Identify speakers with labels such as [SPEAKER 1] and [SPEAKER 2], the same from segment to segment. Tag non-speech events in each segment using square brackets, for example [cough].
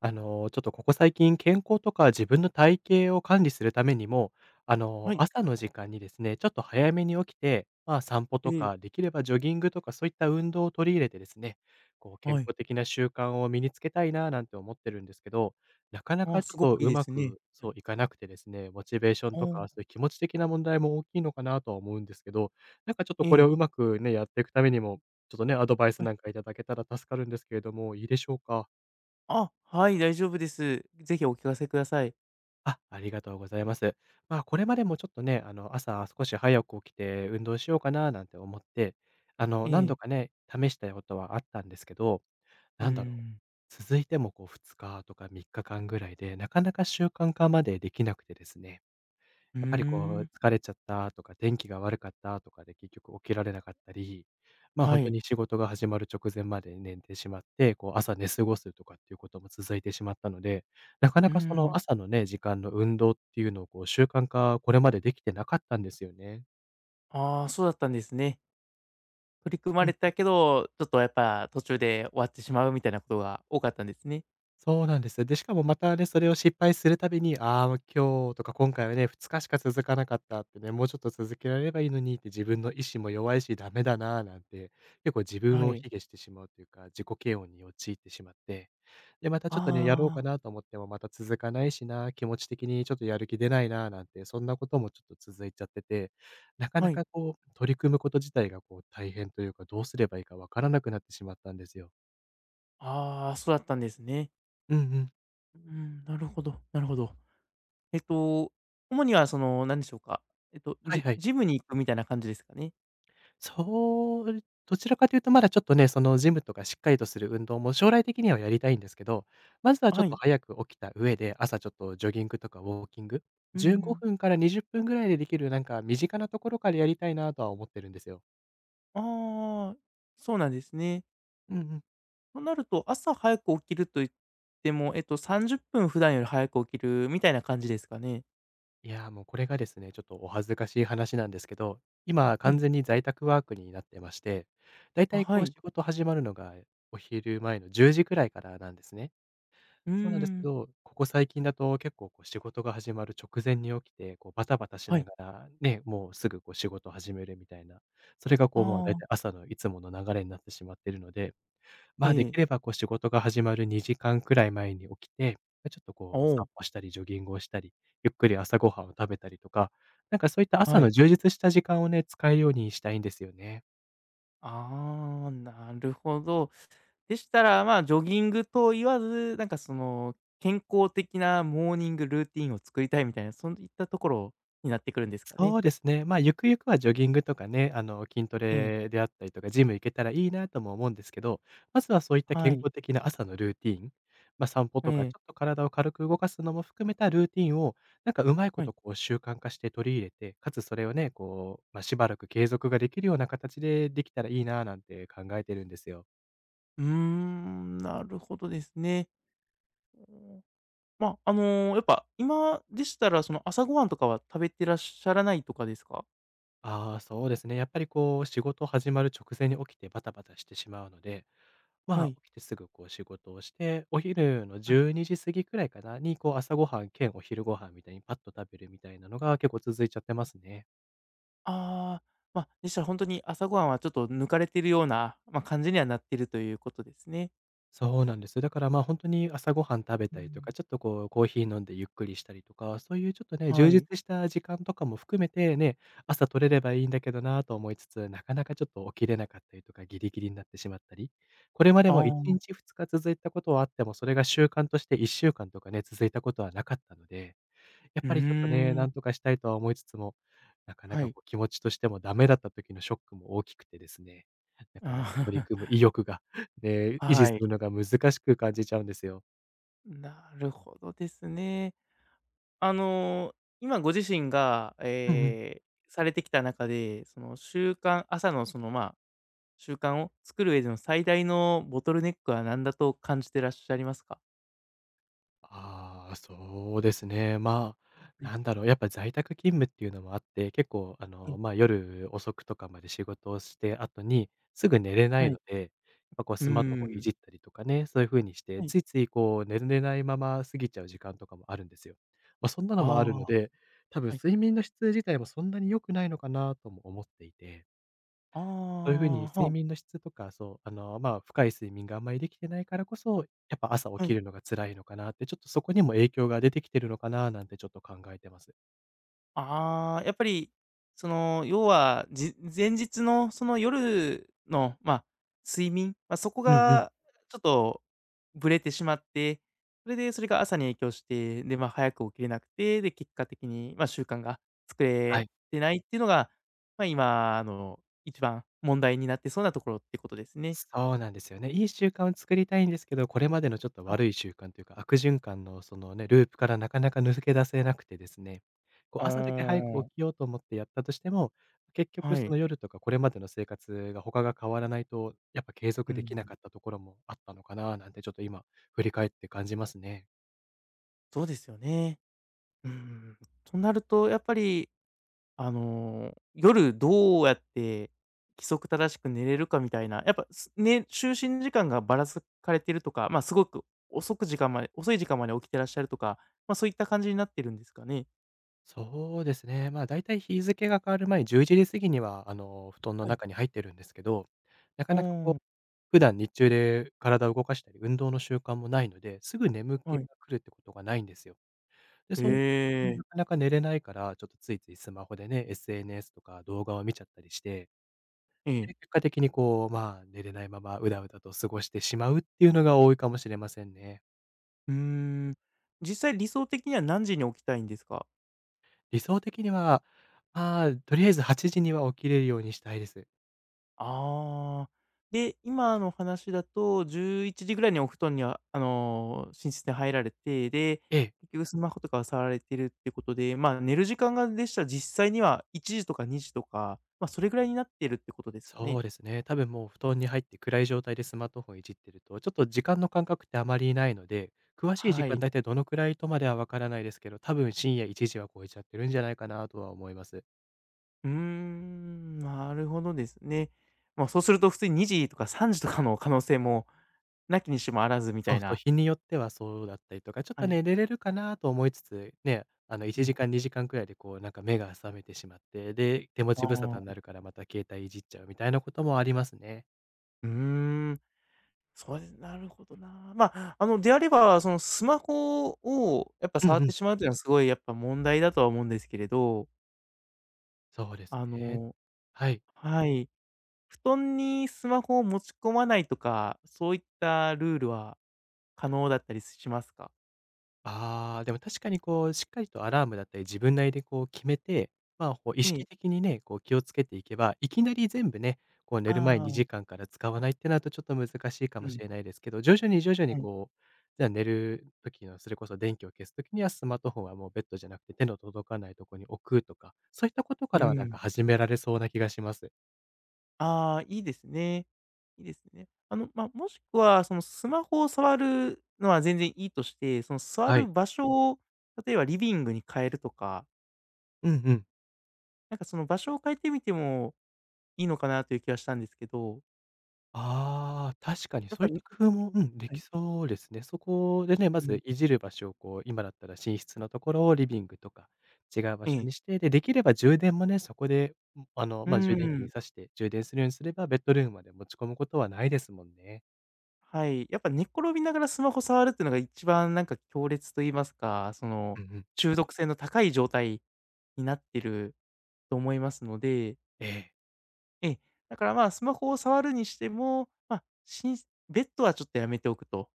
[SPEAKER 1] ちょっとここ最近、健康とか自分の体型を管理するためにも、
[SPEAKER 2] はい。
[SPEAKER 1] 朝の時間にですね、ちょっと早めに起きて、散歩
[SPEAKER 2] え
[SPEAKER 1] と
[SPEAKER 2] え、
[SPEAKER 1] か、できればジョギングとか、そういった運動を取り入れてですね、健
[SPEAKER 2] はい。
[SPEAKER 1] 康的な習慣を身につけたいな、なんて思ってるんですけど、なかな
[SPEAKER 2] ああ、
[SPEAKER 1] かちょ
[SPEAKER 2] す
[SPEAKER 1] っ
[SPEAKER 2] ご
[SPEAKER 1] と
[SPEAKER 2] くいい
[SPEAKER 1] う
[SPEAKER 2] で
[SPEAKER 1] ま
[SPEAKER 2] すね。
[SPEAKER 1] く、
[SPEAKER 2] はい。
[SPEAKER 1] そういかなくてですね、モチベーション
[SPEAKER 2] あ
[SPEAKER 1] とか、そ
[SPEAKER 2] あ、
[SPEAKER 1] ういう気持ち的な問題も大きいのかなとは思うんですけど、なんかちょっと
[SPEAKER 2] え
[SPEAKER 1] これ
[SPEAKER 2] え、
[SPEAKER 1] をうまくね、やっていくためにも、ちょっとね、アドバイス
[SPEAKER 2] はい。
[SPEAKER 1] なんかいただけたら助かるんですけれども、いいでしょうか？
[SPEAKER 2] あ、はい、大丈夫です。ぜひお聞かせください。
[SPEAKER 1] あ、ありがとうございます。これまでもちょっとね、朝少し早く起きて運動しようかななんて思って、
[SPEAKER 2] え
[SPEAKER 1] 何度
[SPEAKER 2] え、
[SPEAKER 1] かね、試したことはあったんですけど、
[SPEAKER 2] うー
[SPEAKER 1] なんだろう。
[SPEAKER 2] ん。
[SPEAKER 1] 続いてもこう2日とか3日間ぐらいで、なかなか習慣化までできなくてですね。
[SPEAKER 2] うー
[SPEAKER 1] やっぱりこ
[SPEAKER 2] ん、
[SPEAKER 1] う疲れちゃったとか、天気が悪かったとかで結局起きられなかったり、
[SPEAKER 2] は
[SPEAKER 1] 本当
[SPEAKER 2] い。
[SPEAKER 1] に仕事が始まる直前まで寝てしまって、こう朝寝過ごすとかっていうことも続いてしまったので、なかな
[SPEAKER 2] うー
[SPEAKER 1] かそ
[SPEAKER 2] ん。
[SPEAKER 1] の朝のね、時間の運動っていうのをこう習慣化、これまでできてなかったんですよね。
[SPEAKER 2] ああ、そうだったんですね。取り組まれたけど、ちょっとやっぱ途中で終わってしまうみたいなことが多かったんですね。
[SPEAKER 1] そうなんです。で、しかもまたね、それを失敗するたびに、ああ、もう今日とか今回はね、2日しか続かなかったってね、もうちょっと続けられればいいのにって自分の意志も弱いしダメだなーなんて、結構自
[SPEAKER 2] は
[SPEAKER 1] 分を
[SPEAKER 2] い。
[SPEAKER 1] 卑下してしまうというか、自己嫌悪に陥ってしまって、で、またちょっとね、やろうか
[SPEAKER 2] ああ、
[SPEAKER 1] なと思ってもまた続かないしな、気持ち的にちょっとやる気出ないななんて、そんなこともちょっと続いちゃってて、なか
[SPEAKER 2] は
[SPEAKER 1] な
[SPEAKER 2] い。
[SPEAKER 1] か取り組むこと自体がこう大変というか、どうすればいいかわからなくなってしまったんですよ。
[SPEAKER 2] ああ、そうだったんですね。
[SPEAKER 1] うんうん。
[SPEAKER 2] うん、なるほど、なるほど。えっと、主にはその、何でしょうか、
[SPEAKER 1] はい
[SPEAKER 2] ジ
[SPEAKER 1] はい。
[SPEAKER 2] ジムに行くみたいな感じですかね？
[SPEAKER 1] そう、どちらかというとまだちょっとね、そのジムとかしっかりとする運動も将来的にはやりたいんですけど、まずはちょ
[SPEAKER 2] は
[SPEAKER 1] っと
[SPEAKER 2] い。
[SPEAKER 1] 早く起きた上で、朝ちょっとジョギングとかウォーキング、
[SPEAKER 2] う
[SPEAKER 1] 15
[SPEAKER 2] ん。
[SPEAKER 1] 分から20分ぐらいでできるなんか身近なところからやりたいなとは思ってるんですよ。
[SPEAKER 2] ああ、そうなんですね。
[SPEAKER 1] うんうん。
[SPEAKER 2] となると、朝早く起きると言っても、30分普段より早く起きるみたいな感じですかね？
[SPEAKER 1] いやー、もうこれがですね、ちょっとお恥ずかしい話なんですけど、今
[SPEAKER 2] え
[SPEAKER 1] 完
[SPEAKER 2] え。
[SPEAKER 1] 全に在宅ワークになってまして、だい
[SPEAKER 2] あ、
[SPEAKER 1] たい
[SPEAKER 2] は
[SPEAKER 1] こう仕
[SPEAKER 2] い。
[SPEAKER 1] 事始まるのがお昼前の10時くらいからなんですね。
[SPEAKER 2] うー
[SPEAKER 1] そうなんですけ
[SPEAKER 2] ん。
[SPEAKER 1] ど、ここ最近だと結構こう仕事が始まる直前に起きて、こうバタバタし
[SPEAKER 2] は
[SPEAKER 1] な
[SPEAKER 2] い。
[SPEAKER 1] がら、ね、もうすぐこう仕事始めるみたいな、それがこ
[SPEAKER 2] あ
[SPEAKER 1] うもうだい
[SPEAKER 2] あ、
[SPEAKER 1] たい朝のいつもの流れになってしまっているので、
[SPEAKER 2] え
[SPEAKER 1] まあできれ
[SPEAKER 2] え。
[SPEAKER 1] ばこう仕事が始まる2時間くらい前に起きて、まちょっと
[SPEAKER 2] お
[SPEAKER 1] こう散
[SPEAKER 2] お、
[SPEAKER 1] 歩したりジョギングをしたり、ゆっくり朝ごはんを食べたりとか、なんかそういった朝
[SPEAKER 2] は
[SPEAKER 1] の
[SPEAKER 2] い。
[SPEAKER 1] 充実した時間をね、使うようにしたいんですよね。
[SPEAKER 2] ああ、なるほど。でしたら、まあ、ジョギングと言わず、なんかその、健康的なモーニングルーティンを作りたいみたいな、そういったところになってくるんですかね？
[SPEAKER 1] そうですね。ゆくゆくはジョギングとかね、筋ト
[SPEAKER 2] ええ。
[SPEAKER 1] レであったりとか、ジム行けたらいいなとも思うんですけど、まずはそういった
[SPEAKER 2] は
[SPEAKER 1] 健
[SPEAKER 2] い。
[SPEAKER 1] 康的な朝のルーティン、散歩
[SPEAKER 2] え
[SPEAKER 1] とか、ちょっ
[SPEAKER 2] え。
[SPEAKER 1] と体を軽く動かすのも含めたルーティンを、なんかうまいこ
[SPEAKER 2] はい。
[SPEAKER 1] とこう習慣化して取り入れて、かつそれをね、しばらく継続ができるような形でできたらいいななんて考えてるんですよ。
[SPEAKER 2] うーん、なるほどですね。うんま、やっぱ今でしたら、その、朝ごはんとかは食べてらっしゃらないとかですか？
[SPEAKER 1] ああ、そうですね。やっぱりこう、仕事始まる直前に起きてバタバタしてしまうので、
[SPEAKER 2] はい。
[SPEAKER 1] 起きてすぐこう仕事をして、お昼の
[SPEAKER 2] はい。
[SPEAKER 1] 12時過ぎくらいかなに、こう朝ごはん兼お昼ご飯みたいにパッと食べるみたいなのが結構続いちゃってますね。
[SPEAKER 2] ああ、ま、あでしたら本当に朝ごはんはちょっと抜かれてるような、まあ、感じにはなってるということですね。
[SPEAKER 1] そうなんです。だから、本当に朝ごはん食べ
[SPEAKER 2] う
[SPEAKER 1] たりと
[SPEAKER 2] ん、
[SPEAKER 1] か、ちょっとこう、コーヒー飲んでゆっくりしたりとか、そういうちょっとね、
[SPEAKER 2] は
[SPEAKER 1] 充
[SPEAKER 2] い。
[SPEAKER 1] 実した時間とかも含めてね、朝取れればいいんだけどなと思いつつ、なかなかちょっと起きれなかったりとか、ギリギリになってしまったり、これまで
[SPEAKER 2] あ
[SPEAKER 1] も1
[SPEAKER 2] あ、
[SPEAKER 1] 日2日続いたことはあっても、それが習慣として1週間とかね、続いたことはなかったのでやっ
[SPEAKER 2] うー
[SPEAKER 1] ぱりちょっとね、な
[SPEAKER 2] ん、
[SPEAKER 1] んとかしたいとは思いつつも、なかな
[SPEAKER 2] は
[SPEAKER 1] か
[SPEAKER 2] い。
[SPEAKER 1] こう気持ちとしてもダメだった時のショックも大きくてですね、なかなか
[SPEAKER 2] あ
[SPEAKER 1] 取り組む
[SPEAKER 2] ー [laughs]
[SPEAKER 1] 意欲が [laughs]、ね、維持
[SPEAKER 2] は
[SPEAKER 1] す
[SPEAKER 2] い。
[SPEAKER 1] るのが難しく感じちゃうんですよ。
[SPEAKER 2] なるほどですね。あの、今ご自身が、
[SPEAKER 1] うんうん。
[SPEAKER 2] されてきた中で、その習慣朝のその、まあ習慣を作る上での最大のボトルネックは何だと感じてらっしゃいますか？
[SPEAKER 1] ああ、そうですね。
[SPEAKER 2] はい、
[SPEAKER 1] なんだろう、やっぱ在宅勤務っていうのもあって、結構、
[SPEAKER 2] はい、
[SPEAKER 1] 夜遅くとかまで仕事をして後に、すぐ寝れな
[SPEAKER 2] は
[SPEAKER 1] い
[SPEAKER 2] い。
[SPEAKER 1] ので、やっぱこう
[SPEAKER 2] う
[SPEAKER 1] スマートフォン
[SPEAKER 2] ー
[SPEAKER 1] いじっ
[SPEAKER 2] ん。
[SPEAKER 1] たりとかね、そういう風にして、
[SPEAKER 2] はい。
[SPEAKER 1] ついついこう寝れないまま過ぎちゃう時間とかもあるんですよ。ま、そんな
[SPEAKER 2] あ
[SPEAKER 1] のもあるの
[SPEAKER 2] あ、
[SPEAKER 1] で、多分
[SPEAKER 2] はい。
[SPEAKER 1] 睡眠の質自体もそんなに良くないのかなとも思っていて。
[SPEAKER 2] あ
[SPEAKER 1] そういうふうに
[SPEAKER 2] あ、はあ、
[SPEAKER 1] 睡眠の質とか、深い睡眠があんまりできてないからこそ、やっぱ朝起
[SPEAKER 2] は
[SPEAKER 1] き
[SPEAKER 2] い。
[SPEAKER 1] るのが辛いのかなって、ちょっとそこにも影響が出てきてるのかななんてちょっと考えてます。
[SPEAKER 2] ああ、やっぱり、その、要は、前日のその夜の、まあ、睡眠、まあ、そこ
[SPEAKER 1] うんうん。
[SPEAKER 2] がちょっとブレてしまって、それでそれが朝に影響して、で、まあ、早く起きれなくて、で、結果的に、まあ、習慣が作
[SPEAKER 1] は
[SPEAKER 2] れ
[SPEAKER 1] い。
[SPEAKER 2] てないっていうのが、まあ、今一番問題になってそうなところってことですね。
[SPEAKER 1] そうなんですよね。いい習慣を作りたいんですけど、これまでのちょっと
[SPEAKER 2] は
[SPEAKER 1] 悪
[SPEAKER 2] い。
[SPEAKER 1] い習慣というか、悪循環のそのね、ループからなかなか抜け出せなくてですね、こう朝だけ早
[SPEAKER 2] あ
[SPEAKER 1] く起きようと思ってやったとしても、結
[SPEAKER 2] あ、
[SPEAKER 1] 局
[SPEAKER 2] は
[SPEAKER 1] そ
[SPEAKER 2] い。
[SPEAKER 1] の夜とかこれまでの生活が他が変わらないと、やっぱ継
[SPEAKER 2] う
[SPEAKER 1] 続できな
[SPEAKER 2] ん
[SPEAKER 1] かったところもあったのかななんてちょっと今振り返って感じますね。
[SPEAKER 2] そうですよね。うん。となるとやっぱり夜どうやって規則正しく寝れるかみたいな、やっぱ、就寝時間がばらつかれてるとか、まあ、すごく遅い時間まで起きてらっしゃるとか、まあ、そういった感じになってるんですかね？
[SPEAKER 1] そうですね。だいたい日付が変わる前、11時過ぎには、布団の
[SPEAKER 2] はい。
[SPEAKER 1] 中に入ってるんですけど、な
[SPEAKER 2] あ
[SPEAKER 1] かなかこう、
[SPEAKER 2] ー
[SPEAKER 1] 普段日中で体を動かしたり、運動の習慣もないので、すぐ眠気
[SPEAKER 2] はい。
[SPEAKER 1] が来るってことがないんですよ。で、
[SPEAKER 2] へ
[SPEAKER 1] そう、
[SPEAKER 2] え、
[SPEAKER 1] なかなか寝れないから、ちょっとついついスマホでね、SNS とか動画を見ちゃったりして、
[SPEAKER 2] ええ。
[SPEAKER 1] で、結果的にこう、寝れないままうだうだと過ごしてしまうっていうのが多いかもしれませんね。
[SPEAKER 2] うーん。実際理想的には何時に起きたいんですか？
[SPEAKER 1] 理想的には、とりあえず8時には起きれるようにしたいです。
[SPEAKER 2] ああ。で、今の話だと11時ぐらいにお布団には、寝室に入られて、で、
[SPEAKER 1] ええ。
[SPEAKER 2] 結局スマホとかを触られてるってことで、まあ、寝る時間がでしたら実際には1時とか2時とか、ま、それぐらいになってるってことですか
[SPEAKER 1] そ
[SPEAKER 2] ね？
[SPEAKER 1] うですね。多分もう布団に入って暗い状態でスマートフォンいじってると、ちょっと時間の感覚ってあまりないので、詳しい時
[SPEAKER 2] は
[SPEAKER 1] 間
[SPEAKER 2] い。
[SPEAKER 1] 大体どのくらいとまではわからないですけど、多分深夜1時は超えちゃってるんじゃないかなとは思います。
[SPEAKER 2] うーん、なるほどですね。ま、そうすると普通に2時とか3時とかの可能性も無きにしもあらずみた
[SPEAKER 1] そう
[SPEAKER 2] い
[SPEAKER 1] そう、
[SPEAKER 2] な。
[SPEAKER 1] 日によってはそうだったりとか、ちょっ
[SPEAKER 2] は
[SPEAKER 1] と
[SPEAKER 2] い。
[SPEAKER 1] ね、寝れるかなと思いつつ、ね、1
[SPEAKER 2] ね
[SPEAKER 1] 時間2時間くらいでこう、なんか目が覚めてしまって、で、手持
[SPEAKER 2] あ
[SPEAKER 1] ち無沙汰にな
[SPEAKER 2] あ。
[SPEAKER 1] るからまた携帯いじっちゃうみたいなこともありますね。
[SPEAKER 2] うーん。それ、なるほどな。まあ、であれば、そのスマホをやっぱ
[SPEAKER 1] うん
[SPEAKER 2] 触っ
[SPEAKER 1] う
[SPEAKER 2] て
[SPEAKER 1] ん。
[SPEAKER 2] しまうというのはすごいやっぱ問題だとは思うんですけれど、
[SPEAKER 1] そうです
[SPEAKER 2] あ
[SPEAKER 1] ね。
[SPEAKER 2] の
[SPEAKER 1] はい。
[SPEAKER 2] はい。布団にスマホを持ち込まないとか、そういったルールは可能だったりしますか？
[SPEAKER 1] ああ、でも確かにこう、しっかりとアラームだったり、自分なりでこう決めて、まあ、こう意
[SPEAKER 2] ええ。
[SPEAKER 1] 識的にね、こう気をつけていけば、いきなり全部ね、こう寝る前
[SPEAKER 2] ああ、
[SPEAKER 1] 2時間から使わないってなるとちょっと難しいか
[SPEAKER 2] う
[SPEAKER 1] もし
[SPEAKER 2] ん、
[SPEAKER 1] れないですけど、徐々に徐々に
[SPEAKER 2] はい。
[SPEAKER 1] こう、じゃあ寝る時の、それこそ電気を消す時にはスマートフォンはもうベッドじゃなくて手の届かないとこに置くとか、そういったこと
[SPEAKER 2] う
[SPEAKER 1] からはなん
[SPEAKER 2] ん。
[SPEAKER 1] か始められそうな気がします。
[SPEAKER 2] ああ、いいですね。いいですね。まあ、もしくはそのスマホを触るのは全然いいとして、その座
[SPEAKER 1] は
[SPEAKER 2] る
[SPEAKER 1] い。
[SPEAKER 2] 場所を例えばリビングに変えるとか
[SPEAKER 1] うんうん。
[SPEAKER 2] なんかその場所を変えてみてもいいのかなという気はしたんですけど、
[SPEAKER 1] ああ、確かに
[SPEAKER 2] やっ
[SPEAKER 1] そう
[SPEAKER 2] ぱ、
[SPEAKER 1] いっ
[SPEAKER 2] ね、
[SPEAKER 1] た工夫も、うん、で
[SPEAKER 2] はい、
[SPEAKER 1] きそうですね。そこでね、ま
[SPEAKER 2] うん、
[SPEAKER 1] ずいじる場所をこう、今だったら寝室のところをリビングとか違う場
[SPEAKER 2] え
[SPEAKER 1] 所
[SPEAKER 2] え、
[SPEAKER 1] にして、で、できれば充電もね、そこで、
[SPEAKER 2] うー
[SPEAKER 1] 充電器に
[SPEAKER 2] ん、
[SPEAKER 1] 挿して充電するようにすれば、ベッドルームまで持ち込むことはないですもんね。
[SPEAKER 2] はい。やっぱ寝っ転びながらスマホ触るっていうのが一番なんか強烈と言いますか、その
[SPEAKER 1] うんうん。
[SPEAKER 2] 中毒性の高い状態になってると思いますので、
[SPEAKER 1] ええ、
[SPEAKER 2] ええ、だからまあスマホを触るにしても、まあ、ベッドはちょっとやめておくと、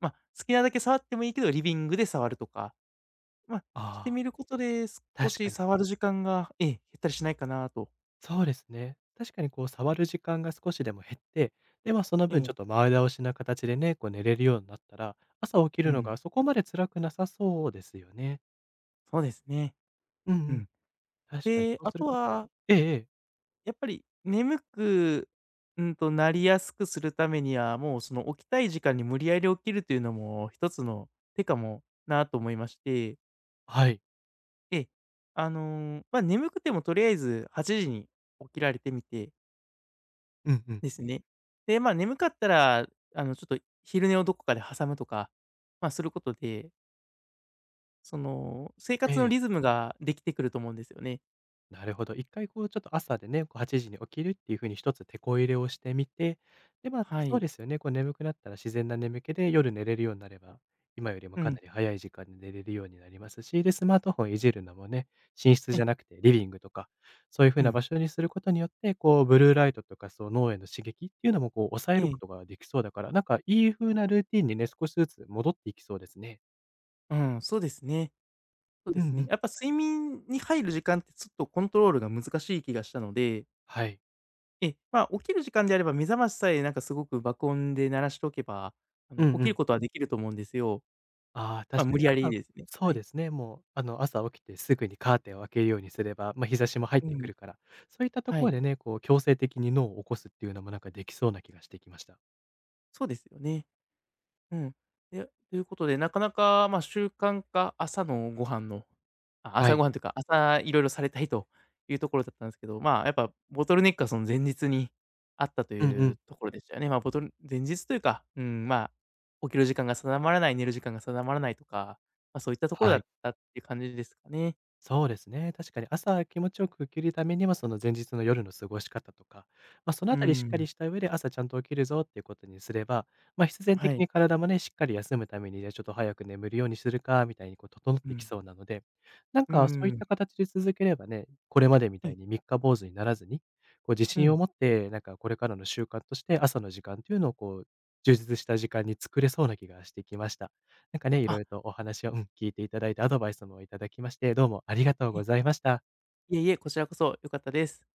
[SPEAKER 2] まあ、好きなだけ触ってもいいけど、リビングで触るとか、まあ、
[SPEAKER 1] あ
[SPEAKER 2] して
[SPEAKER 1] あ、
[SPEAKER 2] みることで、少
[SPEAKER 1] 確
[SPEAKER 2] し
[SPEAKER 1] かに。
[SPEAKER 2] 触る時間が、ええ、減ったりしないかなと
[SPEAKER 1] そうですね。確かにこう触る時間が少しでも減って、で、まあ、その
[SPEAKER 2] え
[SPEAKER 1] 分
[SPEAKER 2] え、
[SPEAKER 1] ちょっと前倒しな形でね、こう寝れるようになったら、朝起き
[SPEAKER 2] う
[SPEAKER 1] るの
[SPEAKER 2] ん、
[SPEAKER 1] がそこまで辛くなさそうですよね。
[SPEAKER 2] そうですね。
[SPEAKER 1] うん
[SPEAKER 2] う
[SPEAKER 1] うん。
[SPEAKER 2] ん。
[SPEAKER 1] 確かに
[SPEAKER 2] で、
[SPEAKER 1] そう
[SPEAKER 2] あ
[SPEAKER 1] する
[SPEAKER 2] と
[SPEAKER 1] ことで
[SPEAKER 2] は、
[SPEAKER 1] ええええ。
[SPEAKER 2] やっぱり眠く、なりやすくするためには、もうその起きたい時間に無理やり起きるというのも一つの手かもなと思いまして、
[SPEAKER 1] はい。
[SPEAKER 2] ええ、ま、眠くてもとりあえず8時に起きられてみて
[SPEAKER 1] うんうん。
[SPEAKER 2] ですね。で、ま、眠かったら、ちょっと昼寝をどこかで挟むとか、ま、することで、その、生
[SPEAKER 1] え
[SPEAKER 2] 活の
[SPEAKER 1] え、
[SPEAKER 2] リズムができてくると思うんですよね。
[SPEAKER 1] なるほど。一回こうちょっと朝でね、こう8時に起きるっていう風に一つてこ入れをしてみて、で、ま、
[SPEAKER 2] は
[SPEAKER 1] そう
[SPEAKER 2] い。
[SPEAKER 1] ですよね、こう眠くなったら自然な眠気で夜寝れるようになれば、今よりも
[SPEAKER 2] う
[SPEAKER 1] か
[SPEAKER 2] ん。
[SPEAKER 1] なり早い時間に寝れるようになりますし、で、スマートフォンいじるのもね、寝室
[SPEAKER 2] え
[SPEAKER 1] じゃ
[SPEAKER 2] え、
[SPEAKER 1] なくてリビングとか、そういう風
[SPEAKER 2] う
[SPEAKER 1] な
[SPEAKER 2] ん。
[SPEAKER 1] 場所にすることによって、こうブルーライトとか、そう、脳への刺激っていうのもこう抑
[SPEAKER 2] え
[SPEAKER 1] える
[SPEAKER 2] え。
[SPEAKER 1] ことができそうだから、なんかいい風なルーティンにね、少しずつ戻っていきそうですね。
[SPEAKER 2] うん、そうですね。そうで
[SPEAKER 1] うんう
[SPEAKER 2] すね。
[SPEAKER 1] ん。
[SPEAKER 2] やっぱ睡眠に入る時間ってちょっとコントロールが難しい気がしたので、
[SPEAKER 1] はい。
[SPEAKER 2] ええ、ま、起きる時間であれば目覚ましさえなんかすごく爆音で鳴らしておけば、
[SPEAKER 1] う
[SPEAKER 2] 起
[SPEAKER 1] んう
[SPEAKER 2] きる
[SPEAKER 1] ん。
[SPEAKER 2] ことはできると思うんですよ。
[SPEAKER 1] ああ、
[SPEAKER 2] ま、
[SPEAKER 1] 確か
[SPEAKER 2] 無理
[SPEAKER 1] に。あ
[SPEAKER 2] や
[SPEAKER 1] と
[SPEAKER 2] り
[SPEAKER 1] は
[SPEAKER 2] ですね。
[SPEAKER 1] そ
[SPEAKER 2] は
[SPEAKER 1] う
[SPEAKER 2] い。
[SPEAKER 1] ですね、もう、朝起きてすぐにカーテンを開けるようにすれば、まあ、日差しも入っ
[SPEAKER 2] う
[SPEAKER 1] てく
[SPEAKER 2] ん。
[SPEAKER 1] るから、そういったと
[SPEAKER 2] は
[SPEAKER 1] ころ
[SPEAKER 2] い。
[SPEAKER 1] でね、こう強制的に脳を起こすっていうのもなんかできそうな気がしてきました。
[SPEAKER 2] そうですよね。うん。で、ということで、なかなか、まあ、習慣化、朝のご飯のあ、
[SPEAKER 1] は
[SPEAKER 2] 朝ご
[SPEAKER 1] い。
[SPEAKER 2] はんというか、朝いろいろされたいというところだったんですけど、まあ、やっぱボトルネックはその前日にあったと
[SPEAKER 1] うんう
[SPEAKER 2] いう
[SPEAKER 1] ん。
[SPEAKER 2] ところでしたよね。まあ、ボトル前日というか、うん、まあ、起きる時間が定まらない、寝る時間が定まらないとか、まあ、そういったところ
[SPEAKER 1] は
[SPEAKER 2] だ
[SPEAKER 1] い。
[SPEAKER 2] ったっていう感じですかね。
[SPEAKER 1] そうですね。確かに朝気持ちよく起きるためには、その前日の夜の過ごし方とか、まあ、その
[SPEAKER 2] う
[SPEAKER 1] あたりしっかり
[SPEAKER 2] ん。
[SPEAKER 1] した上で朝ちゃんと起きるぞっていうことにすれば、まあ、必然
[SPEAKER 2] は
[SPEAKER 1] 的
[SPEAKER 2] い。
[SPEAKER 1] に体もね、しっかり休むために、じゃあちょっと早く眠るようにするかみたいにこう整っ
[SPEAKER 2] う
[SPEAKER 1] てき
[SPEAKER 2] ん。
[SPEAKER 1] そうなので、なん
[SPEAKER 2] う
[SPEAKER 1] かそういっ
[SPEAKER 2] ん。
[SPEAKER 1] た形で続ければね、これまでみ
[SPEAKER 2] は
[SPEAKER 1] たい
[SPEAKER 2] い。
[SPEAKER 1] に三日坊主にならずに、こう自
[SPEAKER 2] う
[SPEAKER 1] 信を
[SPEAKER 2] ん。
[SPEAKER 1] 持って、なんかこれからの習慣として朝の時間というのをこう、充実した時間に作れそうな気がしてきました。なんかね、いろ
[SPEAKER 2] あ、
[SPEAKER 1] いろとお話を、うん、聞いていただいて、アドバイスもいただきまして、どうもありがとうございました。
[SPEAKER 2] いいえいえ、こちらこそ良かったです。